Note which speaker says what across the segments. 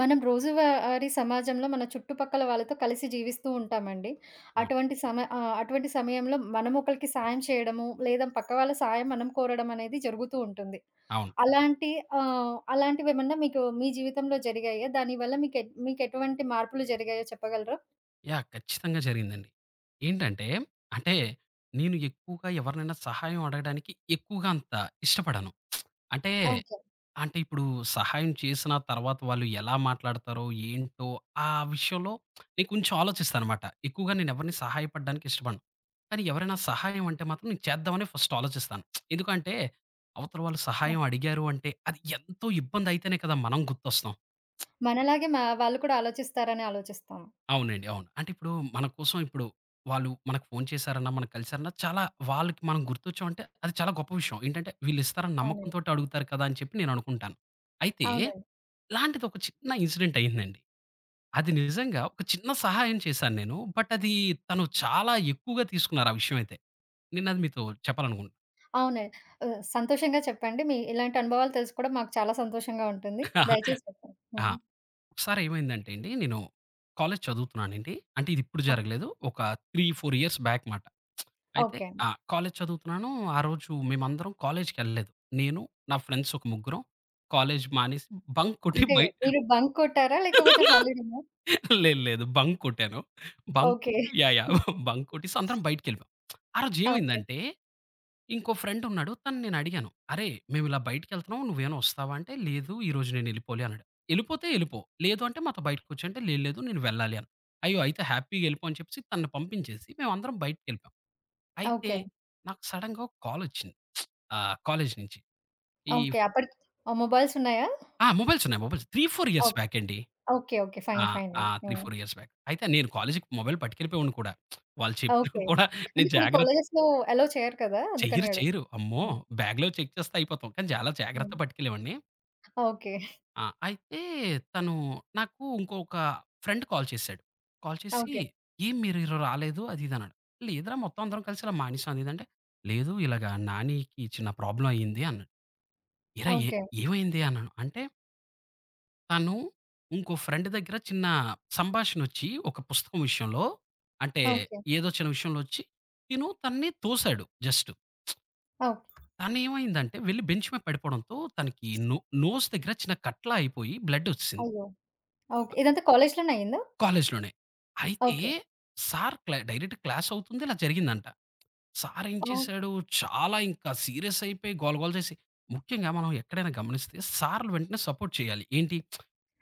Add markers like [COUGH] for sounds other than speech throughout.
Speaker 1: మనం రోజువారీ సమాజంలో మన చుట్టుపక్కల వాళ్ళతో కలిసి జీవిస్తూ ఉంటామండి.
Speaker 2: అవును.
Speaker 1: అటువంటి సమయంలో మనం ఒకళ్ళకి సాయం చేయడము, లేదా పక్క వాళ్ళ సాయం మనం కోరడం అనేది జరుగుతూ ఉంటుంది.
Speaker 2: అవును.
Speaker 1: అలాంటి అలాంటివేమన్నా మీకు మీ జీవితంలో జరిగాయా? దానివల్ల మీకెటువంటి మార్పులు జరిగాయో చెప్పగలరా?
Speaker 2: యాహ్! ఖచ్చితంగా జరిగిందండి. ఏంటంటే, అంటే నేను ఎక్కువగా ఎవరినైనా సహాయం అడగడానికి ఎక్కువగా అంత ఇష్టపడను. అంటే,
Speaker 1: ఓకే.
Speaker 2: అంటే ఇప్పుడు సహాయం చేసిన తర్వాత వాళ్ళు ఎలా మాట్లాడతారో, ఏంటో ఆ విషయంలో నేను కొంచెం ఆలోచిస్తాననమాట. ఎక్కువగా నేను ఎవరిని సహాయపడడానికి ఇష్టపడను. కానీ ఎవరైనా సహాయం అంటే మాత్రం నేను చేద్దామని ఫస్ట్ ఆలోచిస్తాను. ఎందుకంటే, అవతల వాళ్ళు
Speaker 1: హ్మ్.
Speaker 2: సహాయం అడిగారు అంటే అది ఎంతో ఇబ్బంది అయితేనే కదా మనం గుర్తొస్తాం.
Speaker 1: మనలాగే మా వాళ్ళు కూడా ఆలోచిస్తారని ఆలోచిస్తాము.
Speaker 2: అవునండి. అవును. అంటే ఇప్పుడు మన కోసం ఇప్పుడు వాళ్ళు మనకు ఫోను చేశారన్నా, మనం కలిసారన్నా చాలా వాళ్ళకి మనం గుర్తొచ్చామంటే అది చాలా గొప్ప విషయం. ఏంటంటే వీళ్ళిస్తారన్న
Speaker 1: అవునండి.
Speaker 2: నమ్మకంతోటి అడుగుతారు కదా! అని చెప్పి నేననుకుంటాను. అయితే
Speaker 1: అవునండి.
Speaker 2: ఇలాంటిది ఒక చిన్న ఇన్సిడెంట్ అయిందండి. అది నిజంగా ఒక చిన్న సహాయం చేశాను నేను. బట్ అది తను చాలా ఎక్కువగా తీసుకున్నారు ఆ విషయం అయితే. నేనది మీతో చెప్పాలనుకుంటున్నా.
Speaker 1: అవునండి. సంతోషంగా చెప్పండి. మీ ఇలాంటి అనుభవాలు తెలుసుకోవడం మాకు చాలా సంతోషంగా ఉంటుంది. దయచేసి చెప్పండి.
Speaker 2: ఆ!
Speaker 1: హ్మ్.
Speaker 2: [LAUGHS] ఒకసారి ఏమైందంటే అండి, నేను కాలేజ్ చదువుతున్నానండి. అంటే ఇది ఇప్పుడు
Speaker 1: ఓహ్!
Speaker 2: జరగలేదు. ఒక 3, 4 ఇయర్స్ బ్యాక్ మాట. అయితే
Speaker 1: ఓకే.
Speaker 2: కాలేజ్ చదువుతున్నాను. ఆ రోజు మేమందరం కాలేజ్‌కెళ్ళలేదు. నేను, నా ఫ్రెండ్స్ ఒక ముగ్గురం కాలేజ్ మానేసి బంక్ కొట్టి
Speaker 1: అంటే
Speaker 2: బయ
Speaker 1: మీరు బంక్ కొట్టారా? లేకపోతే
Speaker 2: [LAUGHS]
Speaker 1: హాలిడేనా?
Speaker 2: లేదు, లేదు. బంక్ కొట్టాను. Bunk
Speaker 1: okay.
Speaker 2: Yeah! Yeah! Bunk కొట్టేసి అందరం బయటికెళ్ళిపోయాం. ఆ రోజు
Speaker 1: ఓకే.
Speaker 2: ఏమైందంటే ఇంకో ఫ్రెండ్ ఉన్నాడు. తనని నేనడిగాను. "అరేయ్! మేమిలా బయటికెళ్తున్నాం. నువ్వేమైనా వస్తావా?" అంటే, "లేదు. ఈరోజు నేనెళ్ళిపోలే" అన్నాడు. "ఎళ్ళిపోతే ఎళ్ళిపో. లేదు అంటే మాతో బయటకొచ్చు" అంటే, "లేదు. లేదు. నేను వెళ్ళాలి" అన్నా. "అయ్యో! అయితే హ్యాపీగా వెళ్ళిపో" అని చెప్పేసి తనని పంపించేసి మేమందరం బయటికెళ్ళిపోయాం. అయితే
Speaker 1: ఓకే.
Speaker 2: నాకు సడెన్‌గా ఒక కాలొచ్చింది. కాలేజీ నుంచి. ఈ
Speaker 1: ఓకే. అప్పటికి ఆ! మొబైల్స్ ఉన్నాయా?
Speaker 2: ఆ! మొబైల్స్ ఉన్నాయి. Mobiles 3, 4 years
Speaker 1: oh!
Speaker 2: బ్యాక్ అండి.
Speaker 1: ఓకే. ఓకే.
Speaker 2: ఆ!
Speaker 1: ఫైన్. ఫైన్.
Speaker 2: ఆ! 3,
Speaker 1: హ్మ్.
Speaker 2: 4 ఇయర్స్ బ్యాక్. అయితే నేను కాలేజీకి మొబైల్ పట్టుకెళ్ళిపోయేవాడిని కూడా. వాళ్ళు చెప్పినవి
Speaker 1: ఓకే.
Speaker 2: కూడా
Speaker 1: అంటే
Speaker 2: నేను
Speaker 1: కొన్ని
Speaker 2: జాగ్రత్త
Speaker 1: కాలేజెస్‌లో అలో చేయరు కదా! అందుకని
Speaker 2: చెయ్యరు.
Speaker 1: అడుగు
Speaker 2: చెయ్యరు. అమ్మో!
Speaker 1: హ్మ్.
Speaker 2: బ్యాగ్‌లో చెక్ చేస్తే అయిపోతాం. కానీ చాలా
Speaker 1: హ్మ్.
Speaker 2: జాగ్రత్తగా పట్టుకెళ్ళేవాడిని.
Speaker 1: ఓకే.
Speaker 2: అయితే తను నాకు ఇంకొక ఫ్రెండ్ కాల్ చేసాడు. కాల్ చేసి,
Speaker 1: ఓకే.
Speaker 2: "ఏం మీరు ఈరోజు రాలేదు?" అది ఇది అన్నాడు. "లేదురా మొత్తం అందరం కలిసి ఇలా మానేసాం" అది ఇది అంటే, "లేదు ఇలాగ నానికి చిన్న ప్రాబ్లమ్ అయింది" అన్నాడు. "ఏరా ఏ
Speaker 1: ఓకే.
Speaker 2: ఏమైంది?" అన్నాను. అంటే తను ఇంకో ఫ్రెండ్ దగ్గర చిన్న సంభాషణ వచ్చి ఒక పుస్తకం విషయంలో అంటే
Speaker 1: ఓకే.
Speaker 2: ఏదో చిన్న విషయంలో వచ్చి తనని తోసాడు జస్ట్.
Speaker 1: ఓకే.
Speaker 2: తనేమైందంటే వెళ్లి బెంచ్ మీద పడిపోవడంతో తనకి నోస్ దగ్గర చిన్న కట్లా అయిపోయి బ్లడ్ వచ్చేసింది.
Speaker 1: అయ్యో! ఓకే. ఇదంతా కాలేజ్‌లోనే అయిందా?
Speaker 2: కాలేజ్‌లోనే. అయితే
Speaker 1: ఓకే.
Speaker 2: సార్ క్లా డైరెక్ట్ క్లాస్ అవుతుంది. ఇలా జరిగిందంట. సార్ ఏం
Speaker 1: ఓహ్!
Speaker 2: చేశాడు, చాలా ఇంకా సీరియస్ అయిపోయి గోల గోల చేసి ముఖ్యంగా మనం ఎక్కడైనా గమనిస్తే సార్‌లు వెంటనే సపోర్ట్ చేయాలి. ఏంటి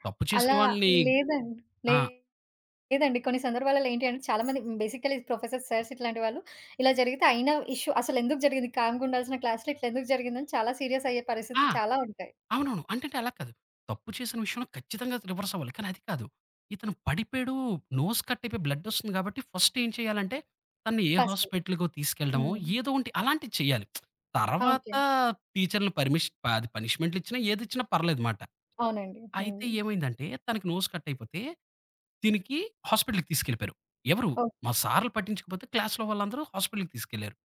Speaker 2: తప్పు చేసిన
Speaker 1: అలా
Speaker 2: వాళ్ళని
Speaker 1: లేదండి. లే
Speaker 2: ఆ!
Speaker 1: లేదండి. కొన్ని సందర్భాలలో ఏంటి అంటే చాలామంది బేసికల్లీ ప్రొఫెసర్స్, సార్స్ ఇట్లాంటి వాళ్ళు ఇలా జరిగితే అయినా ఇష్యూ అసలెందుకు జరిగింది? కామ్‌గా ఉండాల్సిన క్లాస్‌లో ఇట్లెందుకు జరిగిందని చాలా సీరియస్ అయ్యే
Speaker 2: ఆ!
Speaker 1: పరిస్థితులు చాలా ఉంటాయి.
Speaker 2: అవునవును. అంటే అంటే అలా కాదు. తప్పు చేసిన విషయంలో ఖచ్చితంగా రివర్స్ అవ్వాలి. కానీ అది కాదు. ఇతను పడిపోయాడు. నోస్ కట్ అయిపోయి బ్లడ్ వస్తుంది కాబట్టి ఫస్ట్ ఏం చేయాలంటే తనని ఏ
Speaker 1: ఫస్ట్
Speaker 2: హాస్పిటల్‌కో తీసుకెళ్ళడమో
Speaker 1: హ్మ్.
Speaker 2: ఏదో ఒకటి అలాంటివి చేయాలి. తర్వాత
Speaker 1: ఓకే.
Speaker 2: టీచర్‌లు పర్మిషన్ అది పనిష్మెంట్‌లు ఇచ్చినా ఏదిచ్చినా పర్లేదుమాట.
Speaker 1: అవునండి. హ్మ్.
Speaker 2: అయితే ఏమైందంటే తనకి నోస్ కట్ అయిపోతే దీనికి హాస్పిటల్‌కి తీసుకెళ్ళిపోయారు. ఎవరు
Speaker 1: ఓ
Speaker 2: మా సార్‌లు పట్టించకపోతే క్లాస్‌లో వాళ్ళందరూ హాస్పిటల్‌కి తీసుకెళ్లారు.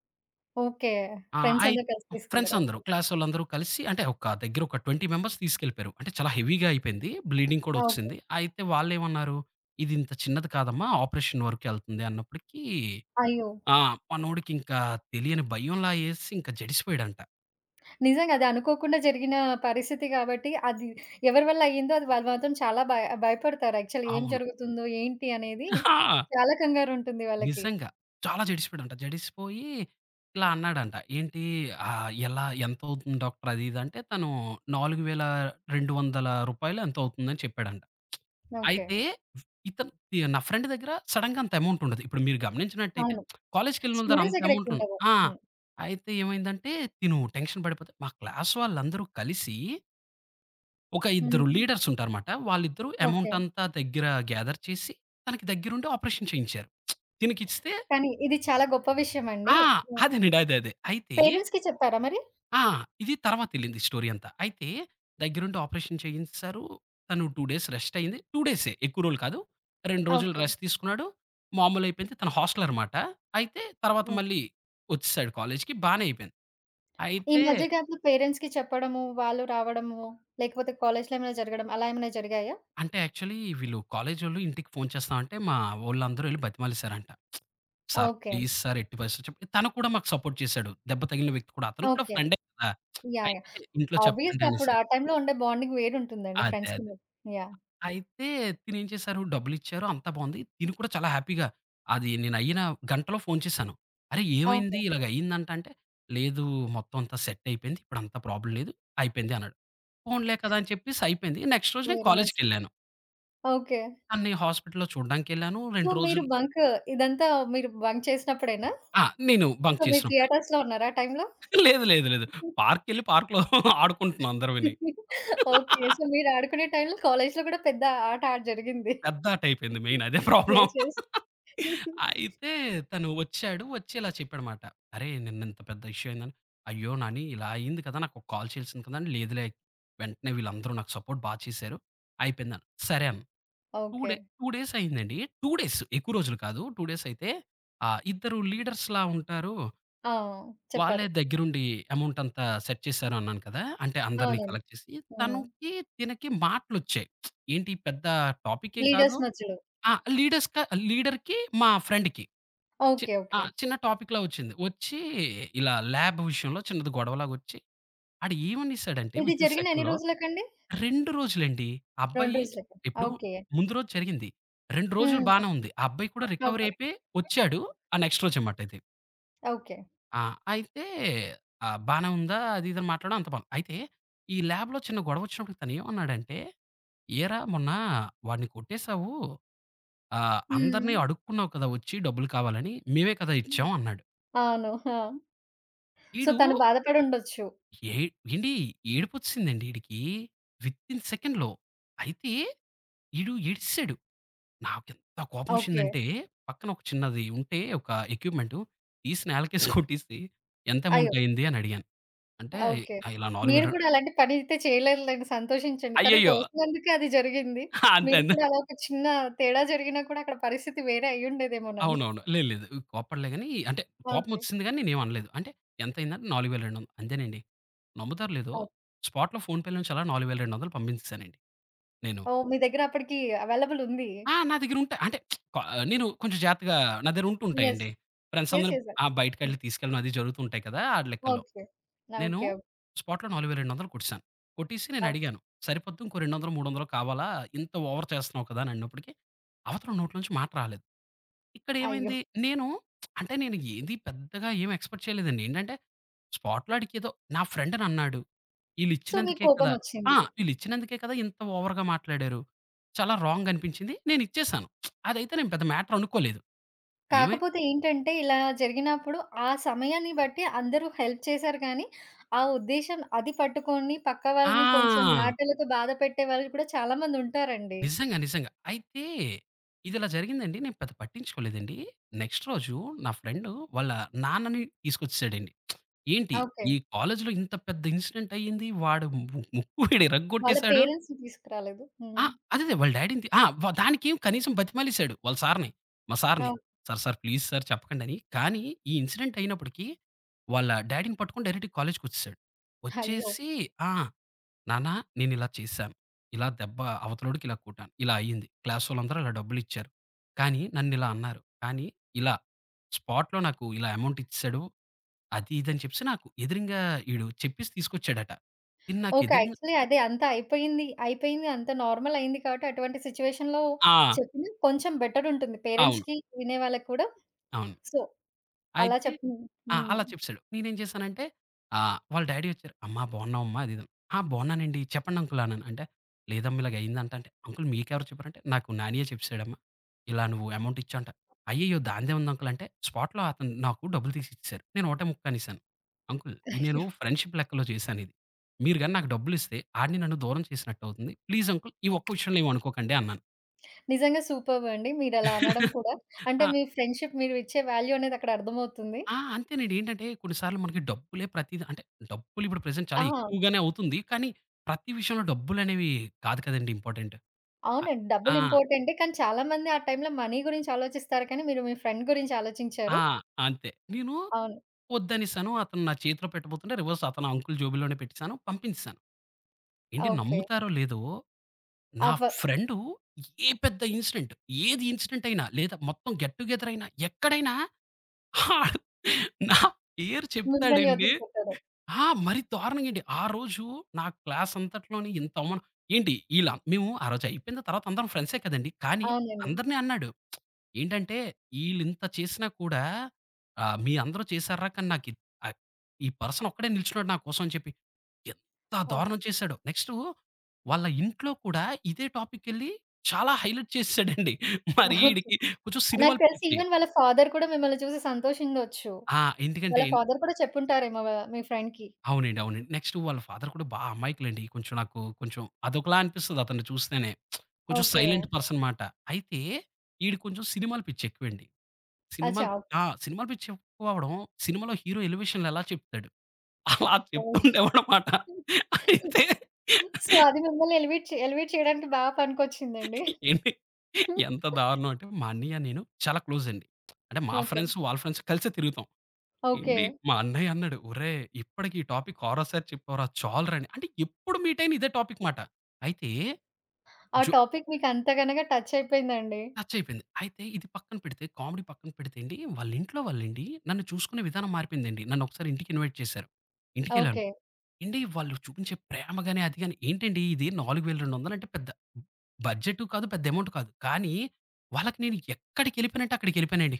Speaker 1: ఓకే.
Speaker 2: ఆ!
Speaker 1: ఫ్రెండ్స్
Speaker 2: అయి
Speaker 1: అందరూ కలిసి
Speaker 2: ఫ్రెండ్స్
Speaker 1: తీసుకెళ్లారు.
Speaker 2: అందరూ,
Speaker 1: ఓకే.
Speaker 2: క్లాసోళ్ళందరూ కలిసి అంటే ఒక దగ్గర ఒక 20 మెంబర్స్ తీసుకెళ్ళిపోయారు. అంటే చాలా హెవీగా అయిపోయింది. బ్లీడింగ్ కూడా
Speaker 1: ఓకే.
Speaker 2: వచ్చేసింది. అయితే వాళ్ళేమన్నారు, "ఇది ఇంత చిన్నది కాదమ్మా, ఆపరేషన్ వరకెళ్తుంది" అన్నప్పటికీ
Speaker 1: అయ్యో!
Speaker 2: ఆ! మనోడికింకా తెలియని భయంలా ఏసి ఇంక జడిసిపోయాడంట.
Speaker 1: నిజంగా అది అనుకోకుండా జరిగిన పరిస్థితి కాబట్టి అది ఎవరి వల్ల అయ్యిందో అది వాళ్ళు మాత్రం చాలా భయపడతారు. యాక్చువల్లీ ఏం
Speaker 2: అవును.
Speaker 1: జరుగుతుందో? ఏంటి? అనేది చాలా కంగారుంటుంది వాళ్ళకి.
Speaker 2: నిజంగా. చాలా జడిసిపోయాడంట. జడిసిపోయి ఇలా అన్నాడంట. " ఎలా ఎంతవుతుంది డాక్టర్?" అది ఇది అంటే తను రూ. 4200 ఎంతో అవుతుందని చెప్పాడంట.
Speaker 1: ఓకే.
Speaker 2: అయితే ఇతను నా ఫ్రెండ్ దగ్గర సడెన్‌గా అంత అమౌంట్ ఉండదు. ఇప్పుడు మీరు గమనించినట్టయితే
Speaker 1: అవును.
Speaker 2: కాలేజ్‌కెళ్ళినోళ్ళ దగ్గర
Speaker 1: స్టూడెంట్స్
Speaker 2: అంత
Speaker 1: దగ్గర
Speaker 2: అమౌంట్ ఉండదు.
Speaker 1: ఎక్కువుండవు. హ్మ్.
Speaker 2: అయితే ఏమైందంటే తిను టెన్షన్ పడిపోతే మా క్లాస్ వాళ్ళందరూ కలిసి ఒక ఇద్దరు
Speaker 1: హుహు.
Speaker 2: లీడర్స్ ఉంటారన్నమాట. వాళ్ళిద్దరూ
Speaker 1: ఓకే.
Speaker 2: అమౌంట్ అంతా దగ్గర గ్యాదర్ చేసి తనకి దగ్గరుండి ఆపరేషన్ చేయించారు. తినకిస్తే
Speaker 1: కానీ ఇది చాలా గొప్ప విషయమండి.
Speaker 2: ఆ!
Speaker 1: హ్మ్.
Speaker 2: అదేనండి. అదే. అయితే
Speaker 1: పేరెంట్స్‌కి చెప్పారా మరి?
Speaker 2: ఆ! ఇది తర్వాత ఎళ్ళింది స్టోరీ అంతా. అయితే దగ్గరుండి ఆపరేషన్ చేయించేశారు. తను 2 డేస్ రెస్ట్ అయింది. 2 డేసే ఎక్కువ రోజులు కాదు. 2 రోజులు
Speaker 1: ఓకే.
Speaker 2: రెస్ట్ తీసుకున్నాడు. మామూలయిపోయింది. తను హాస్టలర్ మాట. అయితే తర్వాత
Speaker 1: హ్మ్.
Speaker 2: మళ్ళీ వచ్చేసాడు కాలేజ్‌కి. బానే అయిపోయింది.
Speaker 1: ఈ
Speaker 2: అయితే
Speaker 1: మధ్య కాలంలో పేరెంట్స్‌కి చెప్పడము, వాళ్ళు రావడము, లేకపోతే కాలేజ్‌లో ఏమైనా జరగడం అలా ఏమైనా జరిగాయా?
Speaker 2: అంటే యాక్చువల్లీ వీళ్ళు కాలేజోళ్ళు ఇంటికి ఫోను చేస్తామంటే మా వోళ్ళందరూ ఎళ్లి బతిమాలేసారంట. "Sir
Speaker 1: okay.
Speaker 2: ప్లీజ్ సార్ ఎట్టి పరిస్థితిలో" చెప్పి తను కూడా మాకు సపోర్ట్ చేశాడు. దెబ్బ తగిలిన వ్యక్తి కూడా. అతను కూడా
Speaker 1: ఓకే.
Speaker 2: ఫ్రెండే కదా!
Speaker 1: యాహ్!
Speaker 2: అయితే
Speaker 1: యాహ్!
Speaker 2: ఇంట్లో చెప్పండి
Speaker 1: ఆబ్వియస్‌గా అప్పుడు
Speaker 2: అనేసి.
Speaker 1: ఆ టైంలో ఉండే బాండింగ్ వేరుంటుందండి
Speaker 2: అదే.
Speaker 1: ఫ్రెండ్స్‌కి మీరు. యాహ్!
Speaker 2: అయితే తినేం చేశారు, డబ్బులిచ్చారు. అంతా బావుంది. తిను కూడా చాలా హ్యాపీగా అది నేనయ్యిన గంటలో ఫోను చేశాను. "అరె! ఏమైంది?
Speaker 1: ఓకే.
Speaker 2: ఇలాగయిందంట" అంటే, "లేదు మొత్తం అంతా సెట్ అయిపోయింది. ఇప్పుడంతా ప్రాబ్లమ్ లేదు. అయిపోయింది" అన్నాడు. పోన్లే కదా! అని చెప్పేసి అయిపోయింది. నెక్స్ట్ రోజు నేను
Speaker 1: వెరీ నైస్.
Speaker 2: కాలేజికెళ్ళాను.
Speaker 1: ఓకే.
Speaker 2: తనని హాస్పిటల్‌లో చూడ్డానికెళ్ళాను.
Speaker 1: సో,
Speaker 2: 2
Speaker 1: మీరు
Speaker 2: రోజులు
Speaker 1: బంక్ ఇదంతా మీరు బంక్ చేసినప్పుడేనా?
Speaker 2: ఆ! నేను బంక్
Speaker 1: సో, మీరు
Speaker 2: చేసినప్పుడే.
Speaker 1: థియేటర్స్‌లో ఉన్నారా ఆ టైంలో?
Speaker 2: [LAUGHS] లేదు. పార్క్‌కెళ్ళి పార్క్‌లో [LAUGHS] ఆడుకుంటున్నాం అందరవిని.
Speaker 1: [LAUGHS] ఓకే. సో, మీరు ఆడుకునే టైంలో కాలేజ్‌లో కూడా పెద్ద ఆట ఆడ జరిగింది.
Speaker 2: పెద్ద ఆట అయిపోయింది మెయిన్ అదే ప్రాబ్లమ్.
Speaker 1: యెస్. యెస్.
Speaker 2: అయితే తను వచ్చాడు. వచ్చి ఇలా చెప్పాడమాట. "అరే! నిన్న ఇంత పెద్ద ఇష్యూ అయిందని" "అయ్యో! నాని ఇలా అయింది కదా! నాకు ఒక కాల్ చేయాల్సింది కదా!" అని "లేదులే వెంటనే వీళ్ళందరూ నాకు సపోర్ట్ బా చేశారు. అయిపోయిందన్నా." సరే అన్నా. 2
Speaker 1: ఓకే.
Speaker 2: డే 2 డేస్ అయిందండి. 2 డేస్ ఎక్కువ రోజులు కాదు. 2 డేస్ అయితే ఇద్దరు లీడర్స్‌లా ఉంటారు.
Speaker 1: ఆ! చెప్పారు.
Speaker 2: వాళ్ళే దగ్గరుండి అమౌంట్ అంతా సెట్ చేశారు అన్నాను కదా! అంటే అందరిని
Speaker 1: అవునండి.
Speaker 2: కలెక్ట్ చేసి.
Speaker 1: హ్మ్.
Speaker 2: తనకి, తినకి మాటలొచ్చాయి. ఏంటి పెద్ద టాపిక్ ఏం కాదు.
Speaker 1: లీడర్స్ మధ్యలో.
Speaker 2: ఆ! లీడర్స్‌క లీడర్‌కి, మా ఫ్రెండ్‌కి. చి
Speaker 1: ఓకే.
Speaker 2: ఆ!
Speaker 1: ఓకే.
Speaker 2: చిన్న టాపిక్‌లా వచ్చింది. వచ్చి ఇలా ల్యాబ్ విషయంలో చిన్నది గొడవలాగొచ్చి, ఆడు ఏమనేసాడంటే
Speaker 1: ఇది
Speaker 2: వితిన్
Speaker 1: జరిగిన ఎన్ని
Speaker 2: సెకండ్‌లో
Speaker 1: రోజులకండి?
Speaker 2: 2 రోజులండి. ఆ
Speaker 1: 2
Speaker 2: అబ్బాయి
Speaker 1: రోజులకా?
Speaker 2: ఇప్పుడు
Speaker 1: ఓకే.
Speaker 2: ముందు రోజు జరిగింది. 2 రోజులు
Speaker 1: హ్మ్.
Speaker 2: బానే ఉంది. ఆ అబ్బాయి కూడా రికవరీ
Speaker 1: ఓకే.
Speaker 2: అయిపోయి వచ్చాడు. ఆ నెక్స్ట్ రోజు అన్నమాట ఇది.
Speaker 1: ఓకే.
Speaker 2: ఆ! అయితే బానే ఉందా? అది ఇది అని మాట్లాడడం అంత బావుంది. అయితే ఈ ల్యాబ్‌లో చిన్న గొడవ వచ్చినప్పుడు తనేమన్నాడంటే, "ఏరా మొన్న వాడిని కొట్టేసావు" ఆ!
Speaker 1: హ్మ్.
Speaker 2: "అందరిని అడుక్కున్నావు కదా! వచ్చి డబ్బులు కావాలని. మేమే కదా! ఇచ్చాం" అన్నాడు.
Speaker 1: అవును. ఆ! సో,
Speaker 2: ఈడు
Speaker 1: తను బాధపడుండొచ్చు.
Speaker 2: ఏ ఏండి ఏడుపొచ్చేసిందండి ఈడికి. వితిన్ సెకండ్‌లో. అయితే ఈడు ఏడ్సేసాడు. నాకెంత
Speaker 1: ఓకే.
Speaker 2: కోపమొచ్చిందంటే పక్కన ఒక చిన్నది ఉంటే ఒక ఎక్విప్‌మెంటు తీసి నేలకేసి కొట్టేసి ఎంత
Speaker 1: అయ్యో!
Speaker 2: అమౌంట్ అయింది అని అడిగాను. అంటే
Speaker 1: ఓకే.
Speaker 2: "ఆ, ఇలా రూ.
Speaker 1: మీరు
Speaker 2: 4000
Speaker 1: కూడా అలాంటి పని అయితే చేయలేదులెండి. సంతోషించండి. తను
Speaker 2: అయ్యయ్యో!
Speaker 1: తోసినందుకే అది జరిగింది.
Speaker 2: అంతే.
Speaker 1: మీరు కూడా అలా ఒక చిన్న తేడా జరిగినా కూడా అక్కడ పరిస్థితి వేరే అయ్యుండేదేమోనండి.
Speaker 2: అవునవును. లేదు, లేదు. కోప్పడలే గానీ అంటే
Speaker 1: ఓకే.
Speaker 2: కోపమొచ్చేసింది గానీ నేనేమనలేదు. అంటే ఎంతయిందంటే 4200 అంతేనండి. నమ్ముతారో లేదో
Speaker 1: ఓకే.
Speaker 2: స్పాట్‌లో ఫోన్‌పే నుంచి అలా 4200 పంపించేసానండి నేను.
Speaker 1: ఓహ్! మీ దగ్గర అప్పటికి అవైలబుల్ ఉంది.
Speaker 2: నా దగ్గరుంటాయి. అంటే క నేను కొంచెం జాగ్రత్తగా నా దగ్గర
Speaker 1: యెస్.
Speaker 2: ఉంటుంటాయండి. Friends
Speaker 1: yes.
Speaker 2: అందరూ
Speaker 1: యెస్. హ్మ్.
Speaker 2: బయటికెళ్ళి తీసుకెళ్ళడం అది జరుగుతూ ఉంటాయి కదా! ఆ లెక్కల్లో.
Speaker 1: ఓకే. ఓకే.
Speaker 2: నేను
Speaker 1: ఓకే.
Speaker 2: స్పాట్‌లో 4200 కొట్టేసాను. కొట్టేసి
Speaker 1: ఓహ్!
Speaker 2: నేనడిగాను. సరిపోద్దా ఇంకో 200, 300 కావాలా? ఇంత ఓవర్ చేస్తున్నావు కదా! అనన్నప్పటికి అవతల నోట్లోంచి మాట రాలేదు.
Speaker 1: అయ్యో!
Speaker 2: ఇక్కడేమైంది, నేను అంటే నేను ఏంది పెద్దగా ఏం ఎక్స్‌పెక్ట్ చేయలేదండి. ఏంటంటే, స్పాట్‌లాడికేదో నా ఫ్రెండనన్నాడు.
Speaker 1: సో, మీకు
Speaker 2: ఈళ్ళిచ్చినందుకే కదా ఆ!
Speaker 1: కోపమొచ్చింది.
Speaker 2: ఈళ్ళిచ్చినందుకే కదా ఇంత ఓవర్‌గా మాట్లాడారు. చాలా రాంగ్ అనిపించింది. నేనిచ్చేసాను. అదైతే నేను పెద్ద మ్యాటర్ అనుకోలేదు. ఏమై
Speaker 1: కాకపోతే ఏంటంటే, ఇలా జరిగినప్పుడు ఆ సమయాన్ని బట్టి అందరూ హెల్ప్ చేశారు కానీ, ఆ ఉద్దేశ్యం అది పట్టుకొని పక్క వాళ్ళని కొంచెం
Speaker 2: ఆ!
Speaker 1: మాటలతో బాధ పెట్టే వాళ్ళు కూడా చాలా మందుంటారండి.
Speaker 2: నిజంగా. నిజంగా. అయితే ఇదిలా జరిగిందండి. నేను పెద్ద పట్టించుకోలేదండి. నెక్స్ట్ రోజు నా ఫ్రెండు వాళ్ళ నాన్నని తీసుకొచ్చేసాడండి. ఏంటి,
Speaker 1: ఓకే.
Speaker 2: "ఈ కాలేజులో ఇంత పెద్ద ఇన్సిడెంట్ అయ్యింది. వాడు ముక్కు వీడు
Speaker 1: వాళ్ళ
Speaker 2: ఇరగ్గొట్టేసాడు."
Speaker 1: పేరెంట్స్‌ని తీసుకురాలేదు.
Speaker 2: ఆ!
Speaker 1: హ్మ్.
Speaker 2: అదదే వాళ్ళ డ్యాడీని తి ఆ! వ దానికేం కనీసం బతిమాలేసాడు వాళ్ళ సార్‌ని. మా సార్‌ని.
Speaker 1: Oh!
Speaker 2: "Sir, sir please sir చెప్పకండని." కానీ ఈ ఇన్సిడెంట్ అయినప్పటికి వాళ్ళ డ్యాడీని పట్టుకొని డైరెక్ట్‌గా కాలేజ్‌కొచ్చేసాడు.
Speaker 1: అయ్యో!
Speaker 2: వచ్చేసి ఆ! "నాన్న నేనిలా చేశాను. ఇలా దెబ్బ అవతలోడికి ఇలా కొట్టాను. ఇలా అయింది. క్లాస్ వోళ్ళందరూ ఇలా డబ్బులిచ్చారు. కానీ నన్నిలా అన్నారు. కానీ ఇలా స్పాట్‌లో నాకు ఇలా అమౌంట్ ఇచ్చేసాడు." అది ఇది అని చెప్పేసి నాకు ఎదురింగా ఈడు చెప్పేసి తీసుకొచ్చాడట. ఇది నాకు
Speaker 1: ఓకే.
Speaker 2: ఎదురుంగా
Speaker 1: యాక్చువల్లీ అదే అంతా అయిపోయింది. అయిపోయింది. అంతా నార్మల్ అయింది కాబట్టి అటువంటి సిట్యుయేషన్‌లో
Speaker 2: ఆ!
Speaker 1: చెప్పినా కొంచెం బెటర్ ఉంటుంది.
Speaker 2: అవును.
Speaker 1: పేరెంట్స్‌కి వినేవాళ్ళకి కూడా.
Speaker 2: అవును.
Speaker 1: సో, అలా
Speaker 2: అయితే
Speaker 1: చెప్పిన హ్మ్.
Speaker 2: అలా చెప్పేసాడు. నేనేం చేశానంటే వాళ్ళ డ్యాడీ వచ్చారు. "అమ్మా బాగున్నావమ్మా?" అది ఇది అని. "ఆ! బాగున్నానండి. చెప్పండి అంకుల్" అన్నాను. అంటే, "లేదమ్మా ఇలాగ అయిందంట" అంటే, "అంకుల్ మీకెవరు చెప్పారంటే" నాకు నానియే చెప్పేసాడమ్మా. "ఇలా నువ్వు అమౌంట్ ఇచ్చావంట." "అయ్యయ్యో! దానిదేముంది అంకుల్" అంటే స్పాట్‌లో అతను నాకు డబ్బులు తీసి ఇచ్చేసారు. నేను ఒకటే ముక్క అనేసాను. "అంకుల్ ఇది నేను
Speaker 1: అయ్యో!
Speaker 2: ఫ్రెండ్‌షిప్ లెక్కలో చేశానిది. మీరు గాని నాకు డబ్బులిస్తే ఆడిని నన్ను దూరం చేసినట్టవుతుంది. ప్లీజ్ అంకుల్ ఈ ఒక్క విషయంలో ఏమి అనుకోకండి" అన్నాను.
Speaker 1: నిజంగా సూపర్బ్ అండి. మీరలా అనడం కూడా. అంటే
Speaker 2: ఆ!
Speaker 1: మీ ఫ్రెండ్‌షిప్ మీరు ఇచ్చే వాల్యూ అనేది అక్కడ అర్థమవుతుంది.
Speaker 2: ఆ! అంతేనండి. ఏంటంటే కొన్నిసార్లు మనకి డబ్బులే ప్రతీది అంటే డబ్బులు ఇప్పుడు ప్రెజెంట్
Speaker 1: ఆ!
Speaker 2: చాలా ఎక్కువగానే అవుతుంది. కానీ ప్రతి విషయంలో డబ్బులనేవి కాదు కదండీ ఇంపార్టెంట్. అ
Speaker 1: అవునండి. డబ్బులు
Speaker 2: ఆ!
Speaker 1: ఇంపార్టెంటే. కానీ చాలామంది ఆ టైంలో మనీ గురించి ఆలోచిస్తారు కానీ మీరు మీ ఫ్రెండ్ గురించి ఆలోచించారు.
Speaker 2: ఆ! అంతే. నేను
Speaker 1: అవును.
Speaker 2: వద్దనేసాను. అతను నా చేతిలో పెట్టబోతుంటే రివర్స్ అతను అంకుల్ జేబులోనే పెట్టేసాను. పంపించేసాను. ఏండి
Speaker 1: ఓకే.
Speaker 2: నమ్ముతారో లేదో నా
Speaker 1: అవ
Speaker 2: ఫ్రెండు ఏ పెద్ద ఇన్సిడెంట్ ఏది ఇన్సిడెంట్ అయినా లేదా మొత్తం గెట్ టు గెదర్ అయినా ఎక్కడైనా ఆడు నా పేరు
Speaker 1: మిమ్మల్ని
Speaker 2: చెప్తాడండి
Speaker 1: వదిలిపెట్టారు.
Speaker 2: మరీ దారుణంగా అండి. ఆ రోజు నా క్లాస్ అంతట్లోని ఇంత అవమానం ఏంటి ఈళ్ళ మేము ఆ రోజు అయిపోయిన తర్వాత అందరం ఫ్రెండ్సే కదండీ. కానీ
Speaker 1: అవునండి.
Speaker 2: అందరిని అన్నాడు. ఏంటంటే ఈళ్ళింత చేసినా కూడా మీ అందరూ చేసారురా కానీ ఆహ్, ఈ పర్సన్ ఒక్కడే నిల్చున్నాడు నా కోసం అని చెప్పి ఎంత
Speaker 1: ఓకే.
Speaker 2: దారుణం చేసాడో. నెక్స్టు వాళ్ళ ఇంట్లో కూడా ఇదే టాపికెళ్ళి చాలా హైలైట్ చేసేసాడండి. మరి
Speaker 1: ఓకే.
Speaker 2: ఈడికి కొంచెం
Speaker 1: నాకు
Speaker 2: సినిమాలు
Speaker 1: తెలిసి
Speaker 2: పిచ్చి.
Speaker 1: ఈవెన్ వాళ్ళ ఫాదర్ కూడా మిమ్మల్ని చూసి సంతోషిండొచ్చు.
Speaker 2: ఆ! ఎందుకంటే
Speaker 1: వాళ్ళ ఫాదర్ కూడా చెప్పుంటారేమో మీ ఫ్రెండ్‌కి.
Speaker 2: అవునండి. అవునండి. నెక్స్ట్ వాళ్ళ ఫాదర్ కూడా బా అమాయకులండి. కొంచెం అదొకలా అనిపిస్తది అతన్ని చూస్తేనే. కొంచెం
Speaker 1: ఓకే.
Speaker 2: సైలెంట్ పర్సన్ మాట. అయితే ఈడికి కొంచెం సినిమాల పిచ్చి ఎక్కువండి.
Speaker 1: అచ్చా!
Speaker 2: సినిమాలు ఆ! సినిమాల పిచ్చి ఎక్కువ అవ్వడం, సినిమాలో హీరో ఎలివేషన్‌లు ఎలా చెప్తాడు అలా
Speaker 1: ఓహ్!
Speaker 2: చెప్తుండేవాడనమాట. అయితే
Speaker 1: సో, అది మిమ్మల్ని ఎలివేట్ చేయడానికి బా పనికొచ్చిందండి.
Speaker 2: ఏంటి ఎంత దారుణం అంటే మా అన్నయ్య, నేను చాలా క్లోజ్ అండి. అంటే మా
Speaker 1: ఓకే.
Speaker 2: ఫ్రెండ్స్, వాళ్ళ ఫ్రెండ్స్ కలిసే తిరుగుతాం.
Speaker 1: ఓకే.
Speaker 2: ఏండి మా అన్నయ్య అన్నాడు, "ఒరేయ్! ఇప్పటికి ఈ టాపిక్ ఆరోసారి చెప్పావురా చాలురా" అని. అంటే ఎప్పుడు మీట్ అయిన ఇదే టాపిక్ మాట. అయితే
Speaker 1: ఆ
Speaker 2: జో
Speaker 1: టాపిక్ మీకు అంతగనగా టచ్ అయిపోయిందండి.
Speaker 2: టచ్ అయిపోయింది. అయితే ఇది పక్కన పెడితే, కామెడీ పక్కన పెడితే అండి, వాళ్ళ ఇంట్లో వాళ్ళండి నన్ను చూసుకునే విధానం మారిపోయిందండి. నన్ను ఒకసారి ఇంటికి ఇన్వైట్ చేశారు. ఇంటికెళ్ళాను.
Speaker 1: ఓకే.
Speaker 2: ఏండి వాళ్ళు చూపించే ప్రేమ గాని, అది గాని ఏంటండి ఇది 4200 అంటే పెద్ద బడ్జెటు కాదు, పెద్ద అమౌంట్ కాదు. కానీ వాళ్ళకి నేను ఎక్కడికెళ్ళిపోయానంటే అక్కడికెళ్ళిపోయానండి.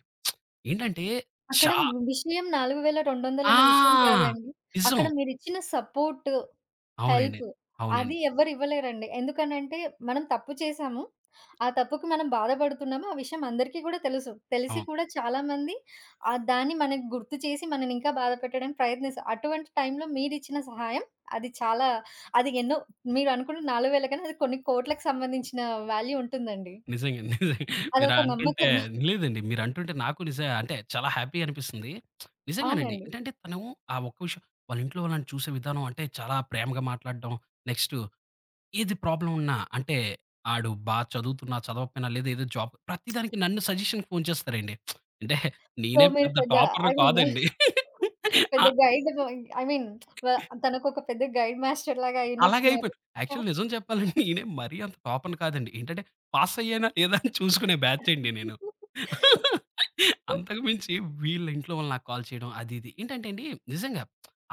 Speaker 2: ఏంటంటే
Speaker 1: అక్కడ
Speaker 2: చా
Speaker 1: విషయం 4,200 అన్న విషయం
Speaker 2: ఆ!
Speaker 1: కాదండి.
Speaker 2: నిజం.
Speaker 1: అక్కడ మీరిచ్చిన సపోర్ట్,
Speaker 2: అవునండి.
Speaker 1: హెల్ప్ అది
Speaker 2: అవునండి.
Speaker 1: ఎవ్వరు ఇవ్వలేరండి. ఎందుకనంటే మనం తప్పు చేశాము ఆ తప్పుకి మనం బాధపడుతున్నాము. ఆ విషయం అందరికీ గూడా తెలుసు. తెలిసి
Speaker 2: అవును.
Speaker 1: కూడా చాలామంది దాన్ని మనకి గుర్తు చేసి మనని ఇంకా బాధ పెట్టడానికి ప్రయత్నిస్తారు. అటువంటి టైంలో మీరిచ్చిన సహాయం అది చాలా అది ఎన్నో మీరనుకున్న 4,000 కన్నా అది కొన్ని కోట్లకు సంబంధించిన వాల్యూ ఉంటుందండి.
Speaker 2: నిజంగా. మీరు
Speaker 1: అదొక
Speaker 2: అంటుంటే
Speaker 1: నమ్మకం.
Speaker 2: లేదండి. మీరు అంటుంటే నాకు నిజం అంటే చాలా హ్యాపీ అనిపిస్తుంది. నిజంగానండి.
Speaker 1: అవునండి.
Speaker 2: ఏంటంటే తను ఆ ఒక్క విషయం వాళ్ళ ఇంట్లో వాళ్ళని చూసే విధానం అంటే చాలా ప్రేమగా మాట్లాడడం. నెక్స్ట్ ఏది ప్రాబ్లమ్ ఉన్నా అంటే ఆడు బా చదువుతున్నా, చదవకపోయినా లేదా ఏదో జాబ్ ప్రతి దానికి నన్ను సజెషన్‌కి ఫోను చేస్తారండి. అంటే
Speaker 1: సో,
Speaker 2: నేనేం
Speaker 1: మీరు
Speaker 2: పెద్ద
Speaker 1: పెద్ద
Speaker 2: టాపర్‌ని
Speaker 1: ఐ మీన్
Speaker 2: కాదండి.
Speaker 1: పెద్ద గైడ్ ఐ మీన్ వ తనకొక పెద్ద గైడ్ మాస్టర్ లాగా
Speaker 2: అలాగే
Speaker 1: అయినట్టున్నారు.
Speaker 2: అయిపోయింది.
Speaker 1: చా
Speaker 2: యాక్చువల్ నిజం చెప్పాలంటే నేనేం మరీ అంత టాపర్‌ని కాదండి. ఏంటంటే పాస్ అయ్యానా లేదా అని చూసుకునే బ్యాచ్ అండి నేను. అంతకు మించి వీళ్ళ ఇంట్లో వాళ్ళు నాకు కాల్ చేయడం అది ఇది. ఏంటంటే అండి నిజంగా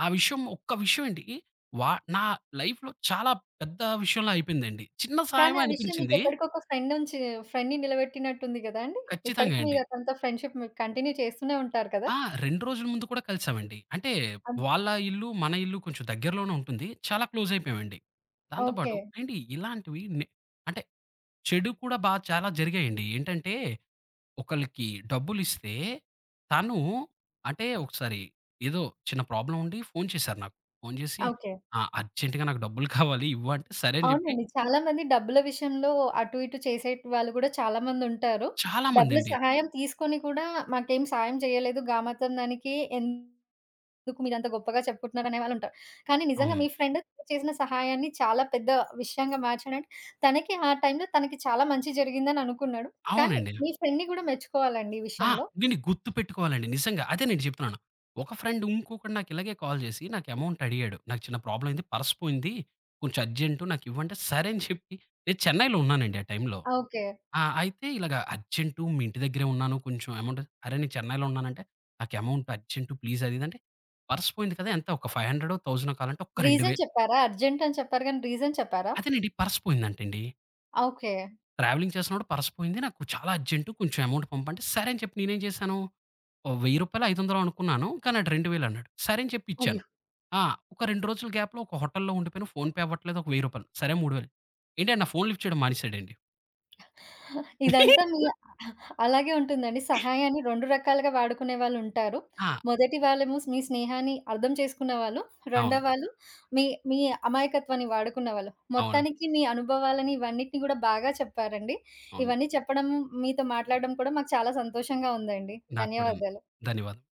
Speaker 2: ఆ విషయం ఒక్క విషయం అండి నా లైఫ్‌లో చాలా పెద్ద విషయంలా అయిపోయిందండి. చిన్న
Speaker 1: కానీ
Speaker 2: సహాయమే
Speaker 1: ఆ విషయం
Speaker 2: అనిపించింది.
Speaker 1: మీకెప్పటికి ఒక ఫ్రెండ్ నుంచి ఫ్రెండ్‌ని నిలబెట్టినట్టుంది గదా అండి. ఇప్పటికి
Speaker 2: ఖచ్చితంగా అండి.
Speaker 1: మీరు అతనితో ఫ్రెండ్‌షిప్ మీరు కంటిన్యూ చేస్తూనే ఉంటారు కదా!
Speaker 2: ఆ! 2 రోజుల ముందు కూడా కలిసామండి. అంటే
Speaker 1: అన్
Speaker 2: వాళ్ళ ఇల్లు, మన ఇల్లు కొంచెం దగ్గరలోనే ఉంటుంది. చాలా క్లోజ్ అయిపోయామండి. దాంతో
Speaker 1: ఓకే.
Speaker 2: పాటు అండి ఇలాంటివి నే అంటే చెడు కూడా బా చాలా జరిగాయండి. ఏంటంటే, ఒకళ్ళకి డబ్బులిస్తే తను అంటే ఒకసారి ఏదో చిన్న ప్రాబ్లమ్ ఉండి ఫోను చేశారు నాకు. ఫోను చేసి
Speaker 1: ఓకే.
Speaker 2: "ఆ! అర్జెంట్‌గా నాకు డబ్బులు కావాలి ఇవ్వు" అంటే సరే అని చెప్పి
Speaker 1: అవునండి. చాలామంది డబ్బుల విషయంలో అటు ఇటు చేసే వాళ్ళు గూడా చాలామందుంటారు. డబ్బుల
Speaker 2: చాలామందండి.
Speaker 1: సహాయం తీసుకొని కూడా మాకేం సాయం చేయలేదు. గామాత్రం దానికి ఎందుకు మీరంత గొప్పగా చెప్పుకుంటున్నారనే వాళ్ళుంటారు. కానీ నిజంగా
Speaker 2: అవును.
Speaker 1: మీ ఫ్రెండ్ చేసిన సహాయాన్ని చాలా పెద్ద విషయంగా మార్చాడంటే తనకి ఆ టైంలో తనకి చాలా మంచి జరిగిందని అనుకున్నాడు. కానీ
Speaker 2: అవునండి.
Speaker 1: మీ ఫ్రెండ్‌ని గూడా మెచ్చుకోవాలండి ఈ
Speaker 2: ఆ!
Speaker 1: విషయంలో.
Speaker 2: దీన్ని గుర్తుపెట్టుకోవాలండి నిజంగా. అదే నేను చెప్తున్నాను. ఒక ఫ్రెండ్ ఇంకొకడు నాకు ఇలాగే కాల్ చేసి నాకు అమౌంట్ అడిగాడు. నాకు చిన్న ప్రాబ్లమ్ అయింది. పర్స్ పోయింది. కొంచెం అర్జెంటు నాకు ఇవ్వంటే సరే అని చెప్పి నేను చెన్నైలో ఉన్నానండి ఆ టైంలో.
Speaker 1: ఓకే.
Speaker 2: అయితే ఇలాగ అర్జెంటు మీ ఇంటి దగ్గరే ఉన్నాను. కొంచెం అమౌంట్ అరే! నేను చెన్నైలో ఉన్నానంటే, నాకు అమౌంట్ అర్జెంటు ప్లీజ్ అది ఇది అంటే, పర్స్ పోయింది కదా! ఎంత ఒక 500 1000 కావాలంటే ఒక్క
Speaker 1: రీజన్
Speaker 2: 2000
Speaker 1: చెప్పారా? అర్జెంట్ అని చెప్పారు గానీ రీజన్ చెప్పారా?
Speaker 2: అదేనండి పర్స్ పోయిందంటండి.
Speaker 1: ఓకే.
Speaker 2: ట్రావెలింగ్ చేస్తున్నప్పుడు పర్స్ పోయింది. నాకు చాలా అర్జెంటు కొంచెం అమౌంట్ పంపంటే, సరే అని చెప్పి నేనేం చేశాను, ఓహ్! రూ. 1000 ఐదొందలో అనుకున్నాను. కానీ ఆడు 2000 అన్నాడు. సరే అని చెప్పి ఇచ్చాను.
Speaker 1: అయ్యో!
Speaker 2: ఆ! ఒక 2 రోజుల గ్యాప్‌లో ఒక హోటల్‌లో ఉండిపోయాను. ఫోన్‌పే అవ్వట్లేదు. ఒక రూ. 1000 సరే 3000 ఏంటండి నా ఫోన్ లిఫ్ట్ చేయడం మానేసాడండి.
Speaker 1: ఇదంతా మీ
Speaker 2: [LAUGHS]
Speaker 1: అలాగే ఉంటుందండి. సహాయాన్ని 2 రకాలుగా వాడుకునే వాళ్ళుంటారు.
Speaker 2: ఆ!
Speaker 1: మొదటి వాళ్ళేమో మీ స్నేహాన్ని అర్థం చేసుకున్న వాళ్ళు. రెండో
Speaker 2: అవును.
Speaker 1: వాళ్ళు మీ మీ అమాయకత్వాన్ని వాడుకున్న వాళ్ళు.
Speaker 2: అవును.
Speaker 1: మొత్తానికి మీ అనుభవాలని ఇవన్నిటిని గూడా బాగా చెప్పారండి.
Speaker 2: అవును.
Speaker 1: ఇవన్నీ చెప్పడం మీతో మాట్లాడడం కూడా మాకు చాలా సంతోషంగా ఉందండి.
Speaker 2: నాకు కూడాను.
Speaker 1: ధన్యవాదాలు.
Speaker 2: ధన్యవాదాలు.